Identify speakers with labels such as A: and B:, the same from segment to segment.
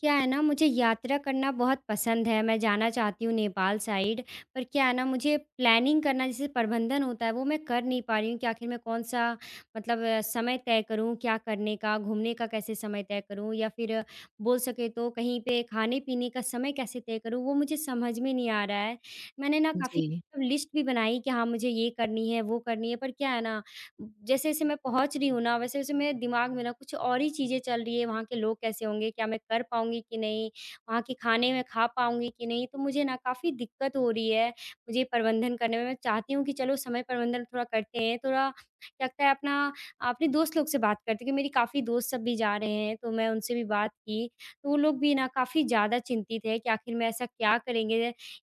A: क्या है ना मुझे यात्रा करना बहुत पसंद है, मैं जाना चाहती हूँ नेपाल साइड पर क्या है ना मुझे प्लानिंग करना जैसे प्रबंधन होता है वो मैं कर नहीं पा रही हूँ कि आखिर मैं कौन-सा मतलब समय तय करूँ, क्या करने का, घूमने का कैसे समय तय करूँ या फिर बोल सके तो कहीं पे खाने-पीने का समय कैसे तय करूँ, वो मुझे समझ में नहीं आ रहा है। मैंने ना काफ़ी
B: जी,
A: मतलब लिस्ट भी बनाई कि हाँ, मुझे ये करनी है, वो करनी है पर क्या है ना जैसे-जैसे मैं पहुँच रही हूँ ना, वैसे-वैसे मेरे दिमाग में ना कुछ और ही चीज़ें चल रही है, वहाँ के लोग कैसे होंगे? क्या मैं कर पाऊँगी कि नहीं? वहाँ के खाने मैं खा पाऊँगी कि नहीं? तो मुझे ना काफ़ी दिक्कत हो रही है, मुझे प्रबंधन करने में। मैं चाहती हूँ कि चलो समय प्रबंधन थोड़ा करते हैं, थोड़ा क्या लगता है अपना अपने दोस्त लोग से बात करते हैं कि मेरी काफ़ी दोस्त सब भी जा रहे हैं, तो मैं उनसे भी बात की। तो वो लोग भी ना काफ़ी ज़्यादा चिंतित है कि आखिर में ऐसा क्या करेंगे?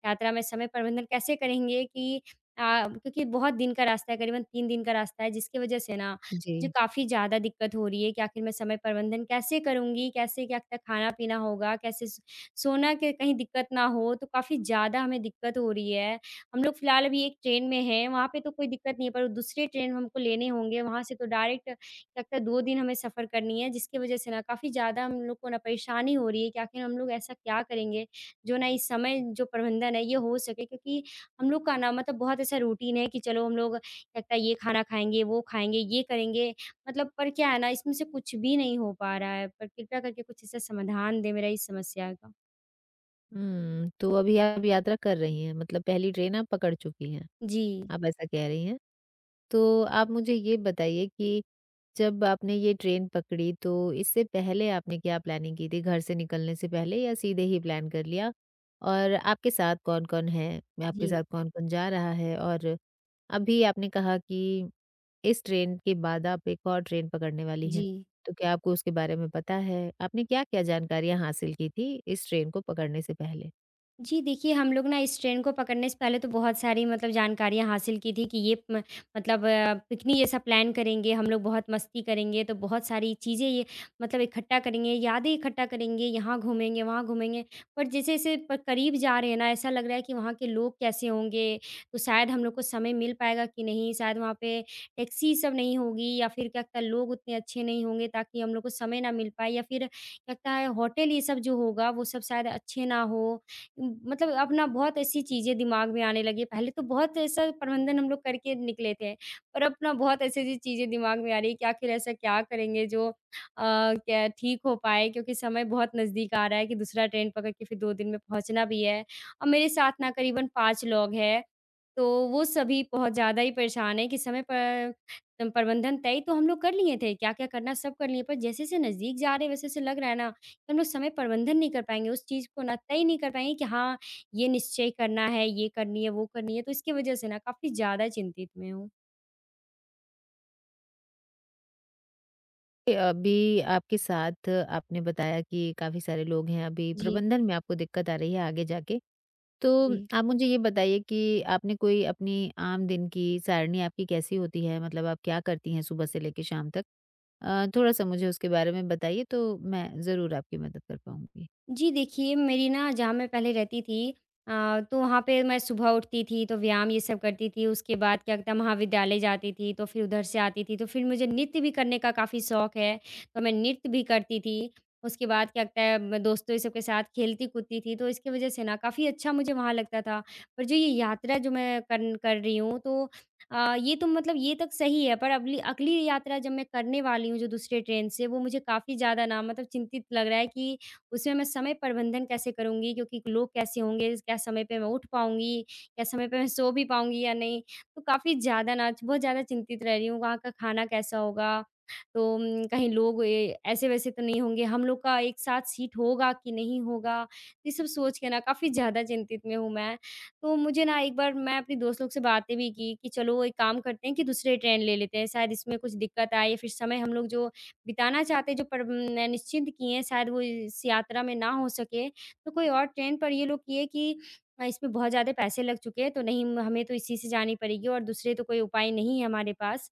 A: यात्रा में समय प्रबंधन कैसे करेंगे कि क्योंकि बहुत दिन का रास्ता है, करीबन 3 दिन का रास्ता है, जिसकी वजह से ना
B: जी।
A: मुझे काफ़ी ज़्यादा दिक्कत हो रही है कि आखिर मैं समय प्रबंधन कैसे करूँगी? कैसे क्या क्या खाना-पीना होगा? कैसे स सोना के कहीं दिक्कत ना हो? तो काफ़ी ज़्यादा हमें दिक्कत हो रही है। हम लोग फ़िलहाल अभी एक ट्रेन में हैं, वहाँ पे तो कोई दिक्कत नहीं है, पर दूसरे ट्रेन हमको लेने होंगे, वहाँ से तो डायरेक्ट लगता है 2 दिन हमें सफ़र करनी है, जिसकी वजह से ना काफ़ी ज़्यादा हम लोग को ना परेशानी हो रही है कि आखिर हम लोग ऐसा क्या करेंगे, जो ना इस समय जो प्रबंधन है, ये हो सके? क्योंकि हम लोग का ना मतलब बहुत ऐसा रूटीन है कि चलो हम लोग लगता है ये खाना खाएँगे, वो खाएँगे, ये करेंगे मतलब पर क्या है ना इसमें से कुछ भी नहीं हो पा रहा है। पर कृपया करके कुछ इसका समाधान दें मेरा इस समस्या का।
B: तो अभी आप यात्रा कर रही हैं, मतलब पहली ट्रेन आप पकड़ चुकी हैं,
A: जी,
B: आप ऐसा कह रही हैं। तो आप मुझे ये बताइए कि जब आपने ये ट्रेन पकड़ी, तो इससे पहले आपने क्या प्लानिंग की थी? घर से निकलने से पहले, या सीधे ही प्लान कर लिया? और आपके साथ कौन-कौन है? आपके
A: जी,
B: साथ कौन-कौन जा रहा है? और अभी आपने कहा कि इस ट्रेन के बाद आप एक और ट्रेन पकड़ने वाली हैं,
A: जी।
B: तो क्या आपको उसके बारे में पता है? आपने क्या-क्या जानकारियाँ हासिल की थी इस ट्रेन को पकड़ने से पहले?
A: जी, देखिए हम लोग ना इस ट्रेन को पकड़ने से पहले तो बहुत सारी मतलब जानकारियाँ हासिल की थी कि ये म मतलब पिकनिक जैसा प्लान करेंगे, हम लोग बहुत मस्ती करेंगे, तो बहुत सारी चीज़ें ये मतलब इकट्ठा करेंगे, यादें इकट्ठा करेंगे, यहाँ घूमेंगे, वहाँ घूमेंगे। पर जैसे-जैसे प करीब जा रहे हैं ना, ऐसा लग रहा है कि वहाँ के लोग कैसे होंगे? तो शायद हम लोग को समय मिल पाएगा कि नहीं? शायद वहाँ पे टैक्सी सब नहीं होगी या फिर क्या लगता है लोग उतने अच्छे नहीं होंगे ताकि हम लोग को समय ना मिल पाए या फिर लगता है होटल ये सब जो होगा, वो सब शायद अच्छे ना हो मतलब अपना बहुत ऐसी चीज़ें दिमाग में आने लगी। पहले तो बहुत ऐसा प्रबंधन हम लोग करके निकले थे, पर अब ना बहुत ऐसी-ऐसी चीज़ें दिमाग में आ रही है कि आखिर ऐसा क्या करेंगे जो क्या ठीक हो पाए क्योंकि समय बहुत नज़दीक आ रहा है कि दूसरा ट्रेन पकड़ के फिर 2 दिन में पहुँचना भी है। और मेरे साथ ना करीबन 5 लोग हैं, तो वो सभी बहुत ज़्यादा ही परेशान हैं कि समय पर प्रबंधन तय तो हम लोग कर लिए थे, क्या-क्या करना सब कर लिए, पर जैसे-जैसे नज़दीक जा रहे हैं वैसे-वैसे लग रहा है ना हम लोग समय प्रबंधन नहीं कर पाएँगे, उस चीज़ को ना तय नहीं कर पाएँगे कि हाँ, ये निश्चय करना है, ये करनी है, वो करनी है, तो इसकी वजह से ना काफ़ी ज़्यादा चिंतित मैं हूँ।
B: ए, अभी आपके साथ आपने बताया कि काफ़ी सारे लोग हैं, अभी
A: जी,
B: प्रबंधन में आपको दिक्कत आ रही है आगे जाके। तो
A: जी।
B: आप मुझे ये बताइए कि आपने कोई अपनी आम दिन की सारणी आपकी कैसी होती है? मतलब आप क्या करती हैं सुबह से लेके शाम तक? थोड़ा-सा मुझे उसके बारे में बताइए, तो मैं ज़रूर आपकी मदद कर पाऊँगी।
A: जी, देखिए मेरी ना जहाँ मैं पहले रहती थी तो वहाँ पे मैं सुबह उठती थी तो व्यायाम ये सब करती थी। उसके बाद क्या था महाविद्यालय जाती थी तो फिर उधर से आती थी। तो फिर मुझे नृत्य भी करने का काफ़ी शौक है, तो मैं नृत्य भी करती थी। उसके बाद क्या लगता है मैं दोस्तों ये सब के साथ खेलती कूदती थी तो इसकी वज़ह से ना काफ़ी अच्छा मुझे वहाँ लगता था। पर जो ये यात्रा जो मैं करन कर रही हूँ तो ये तो मतलब ये तक सही है पर अगली अगली यात्रा जब मैं करने वाली हूँ जो दूसरे ट्रेन से वो मुझे काफ़ी ज़्यादा ना मतलब चिंतित लग रहा है कि उसमें मैं समय प्रबंधन कैसे करूँगी क्योंकि लोग कैसे होंगे, क्या समय पे मैं उठ पाऊँगी, क्या समय पे मैं सो भी पाऊँगी या नहीं? तो काफ़ी ज़्यादा ना बहुत ज़्यादा चिंतित रह रही हूँ, वहाँ का खाना कैसा होगा? तो कहीं लोग ए ऐसे-वैसे तो नहीं होंगे? हम लोग का एक साथ सीट होगा कि नहीं होगा? ये सब सोच के ना काफ़ी ज़्यादा चिंतित में हूँ मैं। तो मुझे ना एक बार मैं अपने दोस्त लोग से बातें भी की कि चलो एक काम करते हैं कि दूसरे ट्रेन ले लेते हैं, शायद इसमें कुछ दिक्कत आए या फिर समय हम लोग जो बिताना चाहते जो पर न निश्चिंत किए हैं, शायद वो इस यात्रा में ना हो सके। तो कोई और ट्रेन पर ये लोग किए कि इसमें बहुत ज़्यादा पैसे लग चुके हैं, तो नहीं हमें तो इसी से जानी पड़ेगी और दूसरे तो कोई उपाय नहीं है हमारे पास।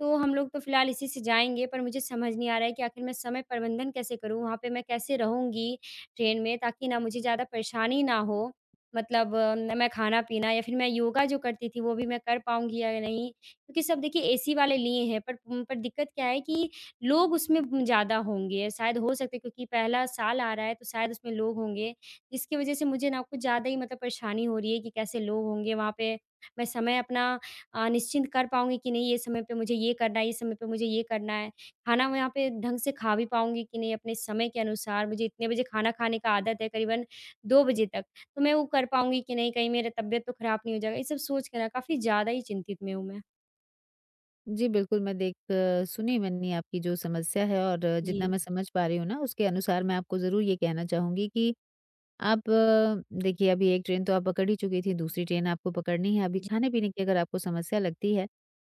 A: तो हम लोग तो फ़िलहाल इसी से जाएँगे, पर मुझे समझ नहीं आ रहा है कि आखिर मैं समय प्रबंधन कैसे करूँ? वहाँ पे मैं कैसे रहूँगी ट्रेन में ताकि ना मुझे ज़्यादा परेशानी ना हो? मतलब अ, न मैं खाना-पीना या फिर मैं योगा जो करती थी, वो भी मैं कर पाऊँगी या नहीं? क्योंकि सब देखिए एसी वाले लिए हैं, पर पर दिक्कत क्या है कि लोग उसमें ज़्यादा होंगे, शायद हो सकता है क्योंकि पहला साल आ रहा है तो शायद उसमें लोग होंगे, जिसकी वज़ह से मुझे ना कुछ ज़्यादा ही मतलब परेशानी हो रही है कि कैसे लोग होंगे वहाँ पे, मैं समय अपना निश्चिंत कर पाऊँगी कि नहीं ये समय पे मुझे ये करना है, ये समय पे मुझे ये करना है। खाना मैं यहाँ पे ढंग से खा भी पाऊँगी कि नहीं अपने समय के अनुसार, मुझे इतने बजे खाना खाने का आदत है करीबन 2 बजे तक, तो मैं वो कर पाऊँगी कि नहीं कहीं मेरा तबीयत तो खराब नहीं हो जाएगा, ये सब सोच के ना काफ़ी ज़्यादा ही चिंतित में हूँ मैं।
B: जी, बिल्कुल। मैं सुनी मैंने आपकी जो समस्या है, और जितना
A: जी,
B: मैं समझ पा रही हूँ ना, उसके अनुसार मैं आपको ज़रूर ये कहना चाहूँगी कि आप, देखिए, अभी एक ट्रेन तो आप पकड़ ही चुकी थी, दूसरी ट्रेन आपको पकड़नी है। अभी
A: जी,
B: खाने-पीने की अगर आपको समस्या लगती है,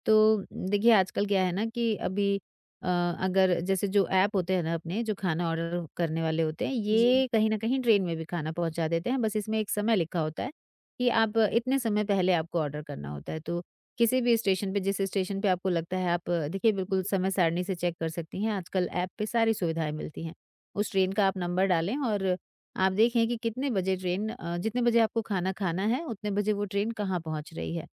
B: तो देखिए आजकल क्या है ना, कि अभी अ, अगर जैसे जो ऐप होते हैं ना, अपने जो खाना ऑर्डर करने वाले होते हैं,
A: जी,
B: ये कहीं न कहीं ट्रेन में भी खाना पहुँचा देते हैं। बस इसमें एक समय लिखा होता है कि आप इतने समय पहले आपको ऑर्डर करना होता है। तो किसी भी स्टेशन पे, जिस स्टेशन पे आपको लगता है आप, देखिए, बिल्कुल
A: जी,
B: समय सारणी से चेक कर सकती हैं, आजकल ऐप पे सारी सुविधाएँ मिलती हैं। उस ट्रेन का आप नंबर डालें और आप देखें कि कितने बजे ट्रेन, जितने बजे आपको खाना खाना है, उतने बजे वो ट्रेन कहाँ पहुँच रही है।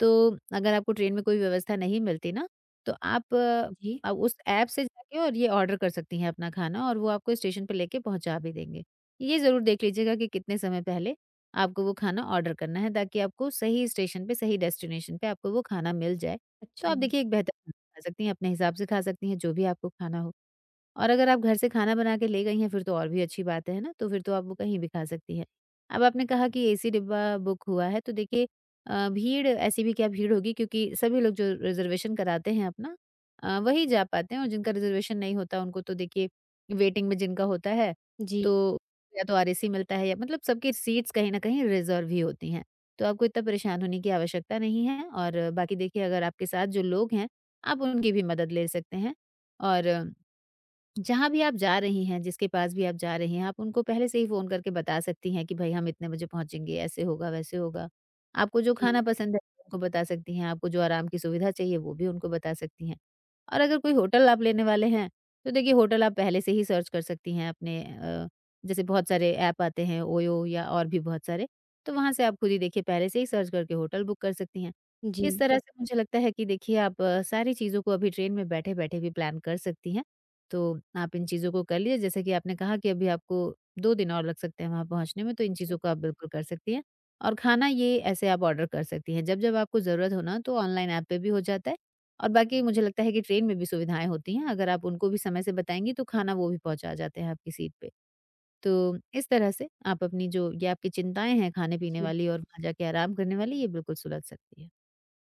B: तो अगर आपको ट्रेन में कोई व्यवस्था नहीं मिलती ना, तो आप
A: जी।
B: उस ऐप से जाके और ये ऑर्डर कर सकती हैं अपना खाना, और वो आपको स्टेशन पे लेके पहुँचा भी देंगे। ये ज़रूर देख लीजिएगा कि कितने समय पहले आपको वो खाना ऑर्डर करना है, ताकि आपको सही स्टेशन पे, सही डेस्टिनेशन पे आपको वो खाना मिल जाए। तो
A: अच्छा,
B: आप देखिए एक बेहतर खाना खा सकती हैं, अपने हिसाब से खा सकती हैं, जो भी आपको खाना हो। और अगर आप घर से खाना बना के ले गई हैं, फिर तो और भी अच्छी बात है ना, तो फिर तो आप वो कहीं भी खा सकती हैं। अब आपने कहा कि एसी डिब्बा बुक हुआ है, तो देखिए भीड़ ऐसी भी क्या भीड़ होगी, क्योंकि सभी लोग जो रिज़र्वेशन कराते हैं अपना, वही जा पाते हैं, और जिनका रिज़र्वेशन नहीं होता, उनको तो देखिए वेटिंग में जिनका होता है,
A: जी।
B: तो या तो आरएसी मिलता है, या मतलब सबकी सीट्स कहीं न कहीं रिज़र्व ही होती हैं। तो आपको इतना परेशान होने की आवश्यकता नहीं है, और बाकी देखिए, अगर आपके साथ जो लोग हैं, आप उनकी भी मदद ले सकते हैं। और जहाँ भी आप जा रही हैं, जिसके पास भी आप जा रही हैं, आप उनको पहले से ही फ़ोन करके बता सकती हैं कि भई हम इतने बजे पहुँचेंगे, ऐसे होगा, वैसे होगा। आपको जो
A: जी,
B: खाना पसंद है, उनको बता सकती हैं, आपको जो आराम की सुविधा चाहिए, वो भी उनको बता सकती हैं। और अगर कोई होटल आप लेने वाले हैं, तो देखिए होटल आप पहले से ही सर्च कर सकती हैं अपने, जैसे बहुत सारे ऐप आते हैं ओयो या और भी बहुत सारे, तो वहाँ से आप खुद ही देखिए पहले से ही सर्च करके होटल बुक कर सकती हैं।
A: जी,
B: इस तरह से मुझे लगता है कि देखिए आप सारी चीज़ों को अभी ट्रेन में बैठे-बैठे भी प्लान कर सकती हैं। तो आप इन चीज़ों को कर लीजिए, जैसे कि आपने कहा कि अभी आपको 2 दिन और लग सकते हैं वहाँ पहुँचने में, तो इन चीज़ों को आप बिल्कुल कर सकती हैं। और खाना ये ऐसे आप ऑर्डर कर सकती हैं, जब-जब आपको ज़रूरत हो ना, तो ऑनलाइन ऐप पे भी हो जाता है, और बाकी मुझे लगता है कि ट्रेन में भी सुविधाएँ होती हैं, अगर आप उनको भी समय से बताएँगी, तो खाना वो भी पहुँचा जाते हैं आपकी सीट पे। तो इस तरह से आप अपनी जो ये आपकी चिंताएँ हैं खाने-पीने
A: जी।
B: वाली और वहाँ जाके आराम करने वाली, ये बिल्कुल सुलझ सकती हैं।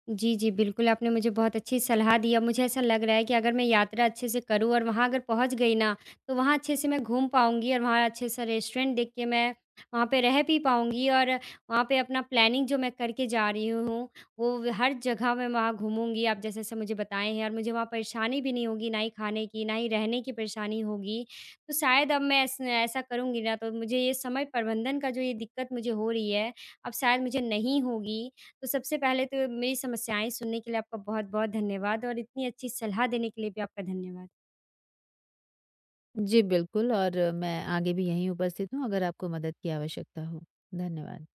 A: जी, जी, बिल्कुल आपने मुझे बहुत अच्छी सलाह दी। अब मुझे ऐसा लग रहा है कि अगर मैं यात्रा अच्छे से करूँ और वहाँ अगर पहुँच गई ना, तो वहाँ अच्छे से मैं घूम पाऊँगी और वहाँ अच्छे से रेस्टोरेंट देख के मैं वहाँ पे रह भी पाऊँगी और वहाँ पे अपना प्लानिंग जो मैं करके जा रही हूँ, वो हर जगह मैं वहाँ घूमूँगी, आप जैसे-जैसे मुझे बताए हैं और मुझे वहाँ परेशानी भी नहीं होगी, ना ही खाने की, ना ही रहने की परेशानी होगी। तो शायद अब मैं ऐस ऐसा करूँगी ना, तो मुझे ये समय प्रबंधन का जो ये दिक्कत मुझे हो रही है, अब शायद मुझे नहीं होगी। तो सबसे पहले तो मेरी समस्याएँ सुनने के लिए आपका बहुत-बहुत धन्यवाद और इतनी अच्छी सलाह देने के लिए भी आपका धन्यवाद।
B: जी, बिल्कुल। और मैं आगे भी यहीं उपस्थित हूँ, अगर आपको मदद की आवश्यकता हो। धन्यवाद।